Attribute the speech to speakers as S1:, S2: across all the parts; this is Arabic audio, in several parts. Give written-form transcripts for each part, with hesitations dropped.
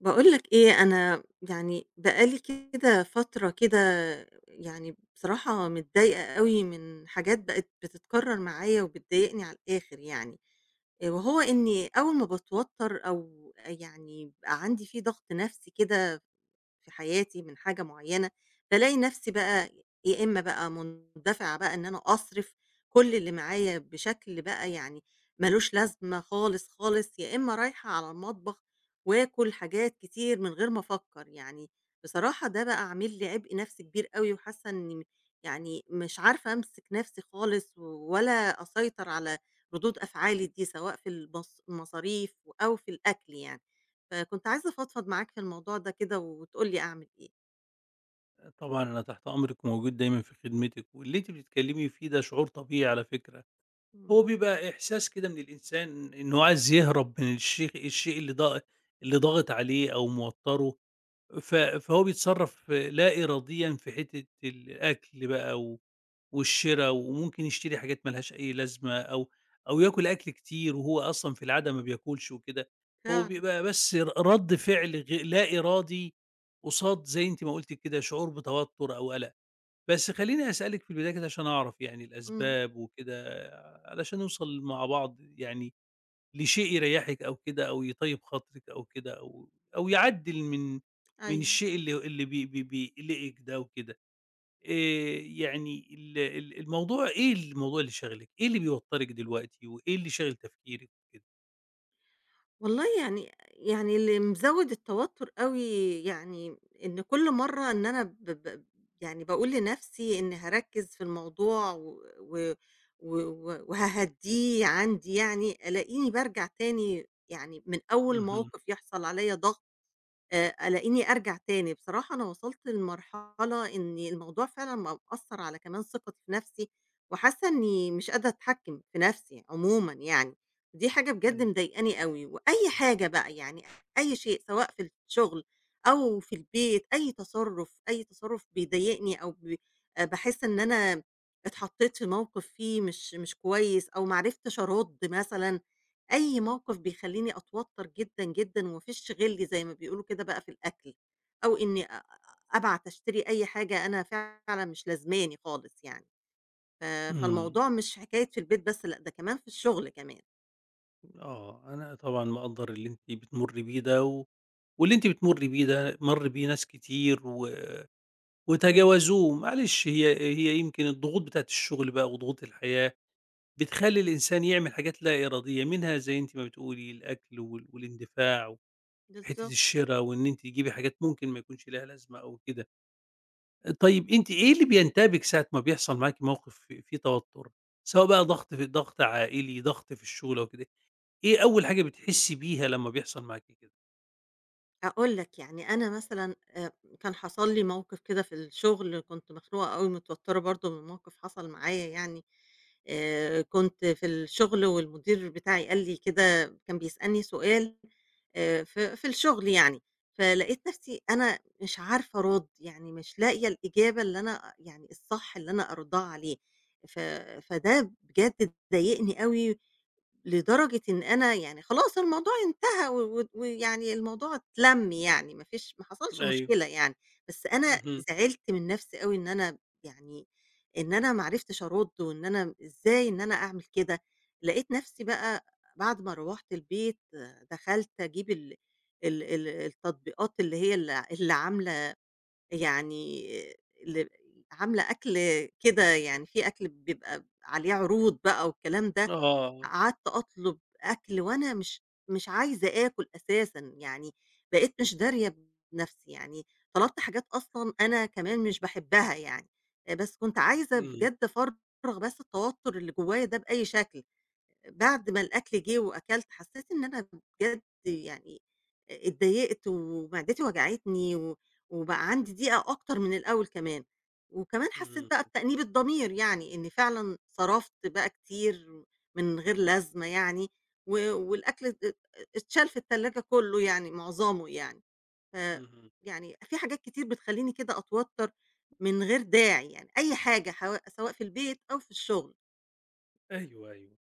S1: باقول لك إيه، أنا يعني بقى لي كده فترة كده. يعني بصراحة متضايقة أوي من حاجات بقت بتتكرر معايا وبتضايقني على الآخر يعني. وهو إني أول ما باتوتر أو يعني بيبقى عندي في ضغط نفسي كده في حياتي من حاجة معينة، بالاقي نفسي بقى يا إما بقى مندفعة بقى إن أنا أصرف كل اللي معايا بشكل بقى يعني مالوش لازمة خالص، خالص، يا إما رايحة على المطبخ وآكل حاجات كتير من غير ما أفكّر، يعني بصراحة ده بقى عامل لي عبء نفسي كبير أوي وحاسة إني يعني مش عارفة أمسك نفسي خالص ولا أسيطر على ردود أفعالي دي، سواء في المصاريف أو في الأكل يعني. فكنت عايزة أفضفض معاك في الموضوع ده كده وتقول لي أعمل إيه.
S2: طبعًا أنا تحت أمرِك وموجود دايمًا في خدمتِك، واللي أنتِ بتتكلمي فيه ده شعور طبيعي على فكرة. هو
S1: إمم.
S2: بيبقى إحساس كده من الإنسان إنه عايز يهرب من الشيء اللي ضاغط عليه أو موتّره. فهو بيتصرّف لا إراديًا في حتّة الأكل بقى والشِرا، وممكن يشتري حاجات ما لهاش أي لازمة، أو ياكل أكل كتير وهو أصلًا في العادة ما بياكلش وكده. هو
S1: فعلًا.
S2: بيبقى بس رَد فعل لا إرادي قصاد، زي أنتِ ما قُلتِ كده، شعور بتوتّر أو قلق. بس خلّيني أسألِك في البداية كده عشان أعرف يعني
S1: إمم.
S2: الأسباب وكده، علشان نوصل مع بعض يعني لشيء يريّحِك أو كده، أو يطيّب خاطرِك أو كده، أو يعدّل من
S1: أيوه.
S2: الشيء اللي بي بي بيقلقِك ده وكده. يعني ال ال الموضوع إيه الموضوع اللي شاغلِك؟ إيه اللي بيوتّرِك دلوقتي وإيه اللي شاغل تفكيرِك وكده؟
S1: والله يعني يعني اللي مزوّد التوتر أوي يعني إن كل مرّة إن أنا ب ب يعني باقول لنفسي إني هاركّز في الموضوع و وهاهدّيه عندي يعني، ألاقيني بارجع تاني يعني من أول
S2: اهم.
S1: موقف يحصل عليّا ضغط. ألاقيني أرجع تاني. بصراحة أنا وصلت لمرحلة إن الموضوع فعلًا بقى مأثّر على كمان ثقتي في نَفْسي، وحاسة إني مش قادرة أتحكّم في نَفْسي عمومًا يعني. دي حاجة بجد
S2: أيوه.
S1: مضايقاني أوي، وأي حاجة بقى يعني أي شيء سواء في الشغل أو في البيت، أي تصرُّف، أي تصرُّف بيضايقني أو ب باحس إن أنا اتحطّيت في موقِف فيه مش كويس أو ما عرفتش أرُد مثلًا، أي موقف بيخلّيني أتوتّر جدًا، جدًا وما فيش غِل زي ما بيقولوا كده بقى في الأكل، أو إني أ أبعت أشتري أي حاجة أنا فعلًا مش لازماني خالص يعني. ف
S2: إمم.
S1: فالموضوع مش حكاية في البيت بس، لأ، ده كمان في الشغل كمان.
S2: آه. أنا طبعًا مقدّر اللي أنتِ بتمُرّي بيه ده، واللي أنتِ بتمُرّي بيه ده مَر بيه ناس كتير و
S1: إمم.
S2: وتجاوزوه، معلش، هي يمكن الضغوط بتاعة الشغل بقى وضغوط الحياة بتخلّي الإنسان يعمل حاجات لا إرادية، منها زي أنتِ ما بتقولي الأكل والاندفاع وحتّة
S1: بالضبط.
S2: الشرا، وإن أنتِ تجيبي حاجات ممكن ما يكونش ليها لازمة أو كده. طيب أنتِ إيه اللي بينتابِك ساعة ما بيحصل معاكِ موقف فيه توتُّر، سواء بقى ضغط عائلي، ضغط في الشغل أو كده، إيه أول حاجة بتحسّي بيها لما بيحصل معاكِ كده؟
S1: هاقول لك، يعني أنا مثلًا كان حصل لي موقف كده في الشغل، كنت مخنوقة أوي متوترة برضه من موقف حصل معايا يعني. كنت في الشغل والمدير بتاعي قال لي كده، كان بيسألني سؤال في الشغل يعني. فلقيت نفسي أنا مش عارفة أرُد، يعني مش لاقية الإجابة اللي أنا يعني الصح اللي أنا أردها عليه. ف فده بجد ضايقني أوي. لدرجة إن أنا يعني خلاص الموضوع انتهى و و ويعني الموضوع اتلَم يعني ما فيش، ما حصلش
S2: أيوه.
S1: مشكلة يعني. بس أنا
S2: اهم.
S1: زعلت من نفسي أوي إن أنا يعني إن أنا ما عرفتش أرُد، وإن أنا إزاي إن أنا أعمل كده. لقيت نفسي بقى بعد ما روّحت البيت، آه، دخلت أجيب ال التطبيقات اللي هي ال اللي عاملة يعني ال عاملة أكل كده، يعني في أكل بيبقى عليه عروض بقى والكلام ده.
S2: آه.
S1: قعدت أطلب أكل وأنا مش عايزة آكل أساسًا، يعني بقيت مش دارية بنفسي، يعني طلبت حاجات أصلًا أنا كمان مش باحبها يعني. بس كنت عايزة
S2: إمم.
S1: بجد أفرّغ بس التوتر اللي جوايا ده بأي شكل. بعد ما الأكل جِه وأكلت، حسّيت إن أنا بجد يعني أ اتضايقت ومعدتي وجعتني، و وبقى عندي ضيقة أكتر من الأول كمان. وكمان حسّيت
S2: إمم.
S1: بقى بتأنيب الضمير، يعني إنّي فعلًا صرفت بقى كتير من غير لازمة يعني، و والأكل ات ات اتشال في التلاجة كُلّه، يعني معظمه يعني. ف
S2: اهم.
S1: يعني في حاجات كتير بتخلّيني كده أتوتّر من غير داعي يعني، أي حاجة حوا سواء في البيت أو في الشغل.
S2: أيوه، أيوه.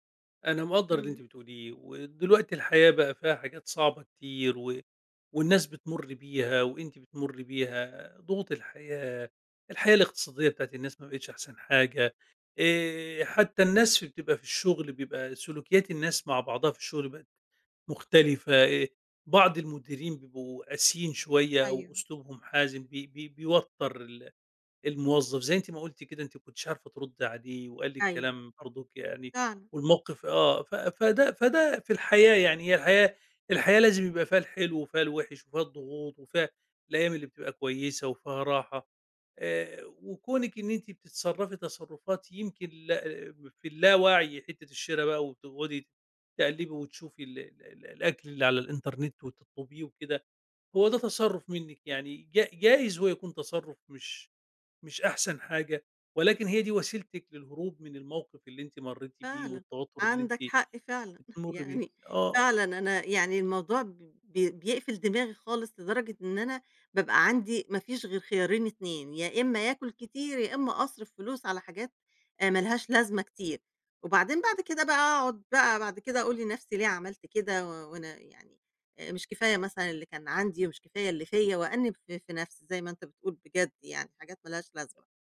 S2: أنا مقدّر اللي
S1: إمم.
S2: أنتِ بتقوليه، ودلوقتي الحياة بقى فيها حاجات صعبة كتير، والناس بتمُر بيها وأنتِ بتمُرّي بيها، ضغوط الحياة، الحياة الاقتصادية بتاعة الناس ما بقِتش أحسن حاجة. حتّى الناس بتبقى في الشُغل، بيبقى سلوكيات الناس مع بعضها في الشُغل بقت مختلفة. بعض المديرين بيبقوا قاسيين شوية
S1: أيوه،
S2: أو أسلوبهم حازم، بي بي بيوتّر الموظف، زي أنتِ ما قُلتِ كده، أنتِ ما كنتيش عارفة تردّي عليه وقال لِك
S1: أيوه.
S2: كلام بالضبط. برضُك يعني
S1: فعلًا.
S2: والموقف، ف فده فده في الحياة. يعني هي الحياة لازم يبقى فيها الحلو وفيها الوِحِش وفيها الضغوط وفيها الأيام اللي بتبقى كويسة وفيها راحة. وكونِك إن أنتِ بتتصرّفي تصرُّفات يمكن لا، في اللاوعي، حتّة الشِرا بقى، وتقعُدي تقلّبي وتشوفي ال ال ال الأكل اللي على الإنترنت وتطلبيه وكده، هو ده تصرُّف منِّك. يعني جايز هو يكون تصرُّف مش أحسن حاجة، ولكن هي دي وسيلتِك للهروب من الموقف اللي أنتِ مرّيتِ بيه
S1: فعلًا،
S2: والتوتُّر اللي
S1: عندك
S2: أنتِ
S1: حق فعلًا،
S2: بتمُرّي بيه.
S1: يعني
S2: آه.
S1: فعلًا أنا يعني الموضوع ب ب بيقفل دماغي خالص، لدرجة إن أنا بابقى عندي ما فيش غير خيارين 2، يا إما ياكل كتير، يا إما أصرف فلوس على حاجات ما لهاش لازمة كتير. وبعدين بعد كده بقى أقعد بقى بعد كده أقول لنفسي ليه عملت كده، و وأنا يعني مش كفاية مثلًا اللي كان عندي ومش كفاية اللي فيّا، وأأنِّب في نفسي زي ما أنت بتقول بجد يعني حاجات ما لهاش لازمة.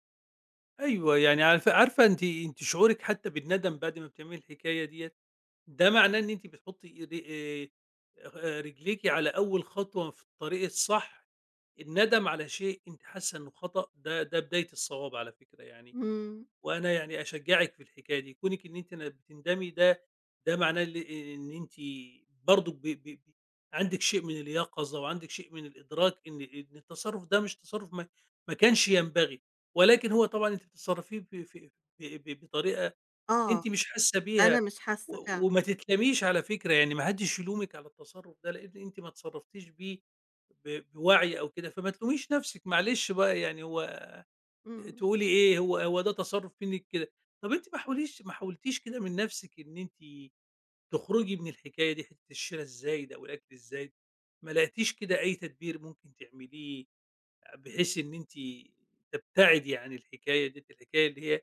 S2: أيوه، يعني عارفة أنتِ شعورِك حتى بالندم بعد ما بتعملي الحكاية ديّة، ده معناه إن أنتِ بتحُطّي ر رجليكِ على أول خطوة في الطريق الصح. الندم على شيء أنتِ حاسة إنه خطأ ده بداية الصواب على فكرة يعني.
S1: إمم.
S2: وأنا يعني أشجّعِك في الحكاية دي، كونِك إن أنتِ بتندمي ده معناه إن أنتِ برضه ب ب ب عندِك شيء من اليقظة وعندِك شيء من الإدراك إن التصرُّف ده مش تصرُّف ما كانش ينبغي. ولكن هو طبعًا أنتِ بتتصرّفيه ب في ب ب بطريقة
S1: آه.
S2: أنتِ مش حاسّة
S1: أنا
S2: بيها،
S1: مش حاسة
S2: و
S1: فعلًا.
S2: وما تتلاميش على فكرة. يعني ما حدّش يلومِك على التصرُّف ده، لإن أنتِ ما اتصرّفتيش بيه بوعي أو كده، فما تلوميش نَفْسِك، معلش بقى. يعني هو،
S1: إمم.
S2: تقولي إيه، هو ده تصرُّف منِّك كده. طَب أنتِ ما حاولتيش كده من نَفْسِك إن أنتِ تخرجي من الحكاية دي، حتّة الشِرا الزايد أو الأكل الزايد؟ ما لقيتيش كده أي تدبير ممكن تعمليه بحيث إن أنتِ تبتعدي عن الحكاية ديّة، الحكاية اللي هي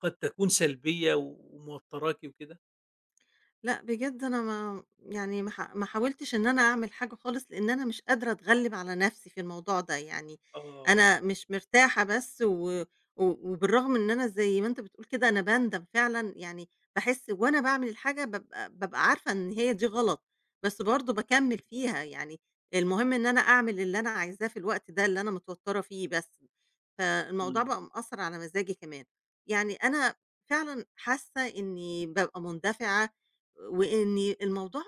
S2: قد تكون سلبية وموتّراكِ وكده؟
S1: لأ، بجد أنا ما يعني ما ح ما حاولتش إن أنا أعمل حاجة خالص، لإن أنا مش قادرة أتغلِّب على نَفْسي في الموضوع ده، يعني
S2: آه.
S1: أنا مش مرتاحة بس، و و وبالرغم إن أنا زي ما أنت بتقول كده أنا باندم فعلًا، يعني باحس وأنا باعمل الحاجة بابقى عارفة إن هي دي غلط، بس برضه باكمِّل فيها، يعني المهم إن أنا أعمل اللي أنا عايزاه في الوقت ده اللي أنا متوتّرة فيه بس. فالموضوع
S2: إمم.
S1: بقى مأثّر على مزاجي كمان. يعني أنا فعلًا حاسّة إنّي بابقى مندفعة، وإن الموضوع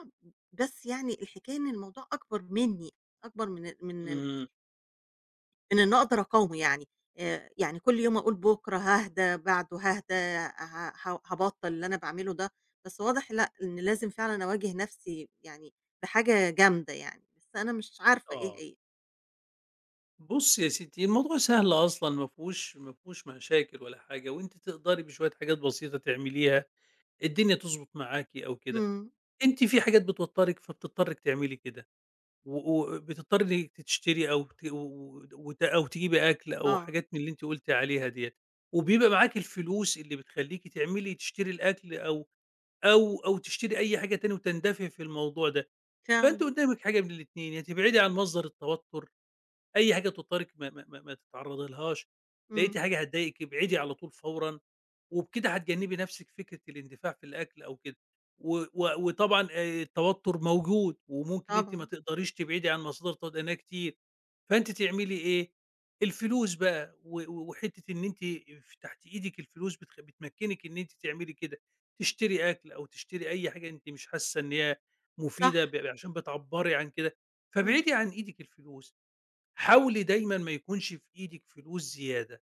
S1: بس يعني الحكاية إن الموضوع أكبر منّي، أكبر من من
S2: إمم.
S1: من إنّي أقدر أقاومه يعني. يعني كل يوم أقول بُكرة هاهدى، بعده هاهدى، ه ه هابطّل اللي أنا باعمله ده، بس واضح لأ، إن لازم فعلًا أواجه نَفْسي يعني بحاجة جامدة يعني، بس أنا مش عارفة إيه
S2: آه.
S1: هي.
S2: بُصّي يا ستّي، الموضوع سهل أصلًا، ما فيهوش مشاكل ولا حاجة، وأنتِ تقدري بشوية حاجات بسيطة تعمليها الدنيا تضبط معاكِ أو كده.
S1: إمم.
S2: أنتِ في حاجات بتوتّرِك فبتضطرِّك تعملي كده، و وبتضطري إنِّك تشتري، أو ت و وت أو تجيبي أكل أو
S1: آه.
S2: حاجات من اللي أنتِ قُلتِ عليها ديّة، وبيبقى معاكِ الفلوس اللي بتخلّيكِ تشتري الأكل، أو تشتري أي حاجة تاني وتندفعي في الموضوع ده. فأنتِ
S1: فعلًا.
S2: قدّامِك حاجة من الاتنين، يا تبعدي عن مصدر التوتّر، أي حاجة تضطرِك ما تتعرّضي لهاش،
S1: إمم.
S2: لقيتِ حاجة هتضايقِك ابعدي على طول فورًا، وبكده هتجنّبي نَفْسِك فكرة الاندفاع في الأكل أو كده. و و وطبعًا التوتُّر موجود، وممكن أنتِ ما
S1: طبعًا.
S2: تقدريش تبعدي عن مصادر التوتُّر لأنها كتير، فأنتِ تعملي إيه؟ الفلوس بقى، و و وحتّة إن أنتِ تحت إيدِك الفلوس، بتمكّنِك إن أنتِ تعملي كده، تشتري أكل أو تشتري أي حاجة أنتِ مش حاسّة إن هي
S1: صح.
S2: مفيدة، عشان بتعبّري عن كده،
S1: إمم.
S2: فابعدي عن إيدِك الفلوس. حاولي دايمًا ما يكونش في إيدِك فلوس زيادة.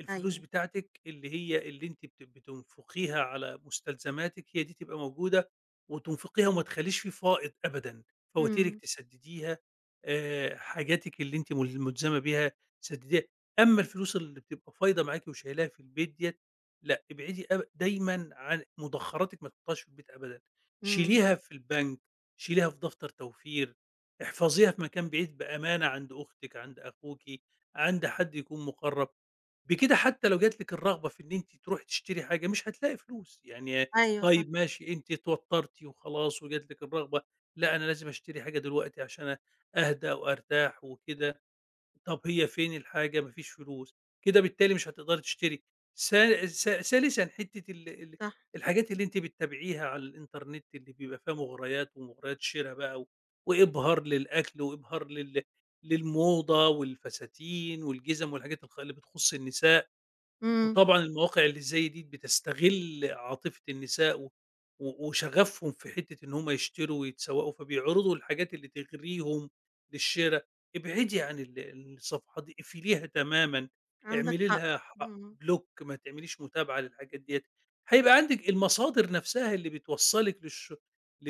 S2: الفلوس
S1: أيوه.
S2: بتاعتِك اللي هي أنتِ بتنفقيها على مستلزماتِك، هي دي تبقى موجودة وتنفقيها، وما تخلّيش في فائض أبدًا. فواتيرِك
S1: إمم.
S2: تسدّديها، حاجاتِك اللي أنتِ ملزمة بيها تسدّديها. أمّا الفلوس اللي بتبقى فايضة معاكِ وشايلاها في البيت ديّة، لأ، ابعدي دايمًا عن مُدخّراتِك، ما تحطّيهاش في البيت أبدًا،
S1: إمم.
S2: شيليها في البنك، شيليها في دفتر توفير، احفظيها في مكان بعيد بأمانة عند أختِك، عند أخوكِ، عند حد يكون مُقرّب. بكده حتى لو جات لِك الرغبة في إن أنتِ تروحي تشتري حاجة، مش هتلاقي فلوس. يعني
S1: أيوه صح.
S2: طيب ماشي، أنتِ اتوترتِ وخلاص وجات لِك الرغبة، لأ أنا لازم أشتري حاجة دلوقتي عشان أهدى وأرتاح وكده، طب هي فين الحاجة؟ ما فيش فلوس، كده بالتالي مش هتقدري تشتري. سا سا ثالثًا، حتة ال ال
S1: صح.
S2: الحاجات اللي أنتِ بتتابعيها على الإنترنت، اللي بيبقى فيها مغريات ومغريات شرا بقى، وإبهار للأكل وإبهار للموضة والفساتين والجزم والحاجات الخ اللي بتخص النساء.
S1: إمم.
S2: وطبعًا المواقع اللي زي دي بتستغل عاطفة النساء و و وشغفهم في حتّة إن هم يشتروا ويتسوقوا، فبيعرضوا الحاجات اللي تغريهم للشرا. ابعدي عن الصفحات دي، اقفليها تمامًا،
S1: عندك
S2: اعملي
S1: حق.
S2: لها
S1: إمم.
S2: بلوك، ما تعمليش متابعة للحاجات ديّة. هيبقى عندِك المصادر نفسها اللي بتوصّلِك للش ل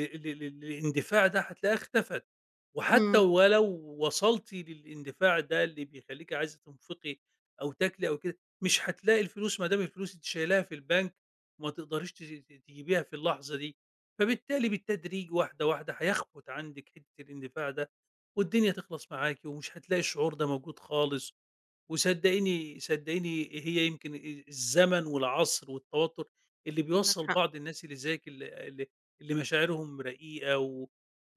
S2: ل ل للاندفاع ده، هتلاقيها اختفت. وحتى
S1: إمم.
S2: ولو وصلتِ للاندفاع ده اللي بيخلّيكِ عايزة تنفقي أو تاكلي أو كده، مش هتلاقي الفلوس ما دام الفلوس أنتِ شايلاها في البنك، وما تقدريش تجيبيها في اللحظة دي، فبالتالي بالتدريج واحدة، واحدة هيخفت عندِك حتة الاندفاع ده، والدنيا تخلص معاكِ، ومش هتلاقي الشعور ده موجود خالص. وصدقيني صدقيني، هي يمكن الزمن والعصر والتوتر اللي
S1: عندك
S2: بيوصّل
S1: حق.
S2: بعض الناس اللي زيِّك، ال اللي اللي مشاعرهم رقيقة و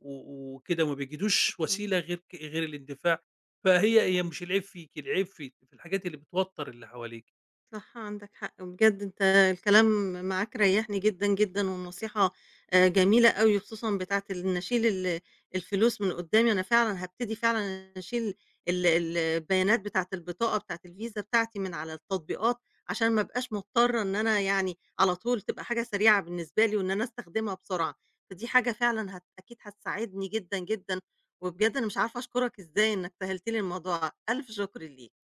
S2: و وكده وما بيجدوش
S1: شكرًا.
S2: وسيلة غير الاندفاع، فهي مش العيب فيكِ، العيب في الحاجات اللي بتوتّر اللي حواليكِ.
S1: صح، عندك حق. وبجد أنت الكلام معاك ريّحني جدًا، جدًا، والنصيحة جميلة أوي، وخصوصًا بتاعة إن أشيل ال الفلوس من قدّامي. أنا فعلًا هابتدي فعلًا أشيل ال البيانات بتاعة البطاقة بتاعة الفيزا بتاعتي من على التطبيقات، عشان ما ابقاش مضطرة، إن أنا يعني على طول تبقى حاجة سريعة بالنسبة لي، وإن أنا أستخدمها بسرعة. فدي حاجة فعلًا هت أكيد هتساعدني جدًا، جدًا. وبجد أنا مش عارفة أشكرك إزاي إنك سهّلت لي الموضوع، ألف شكر ليك.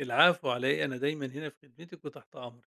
S2: العفو على إيه، أنا دايمًا هنا في خدمتِك وتحت أمرِك.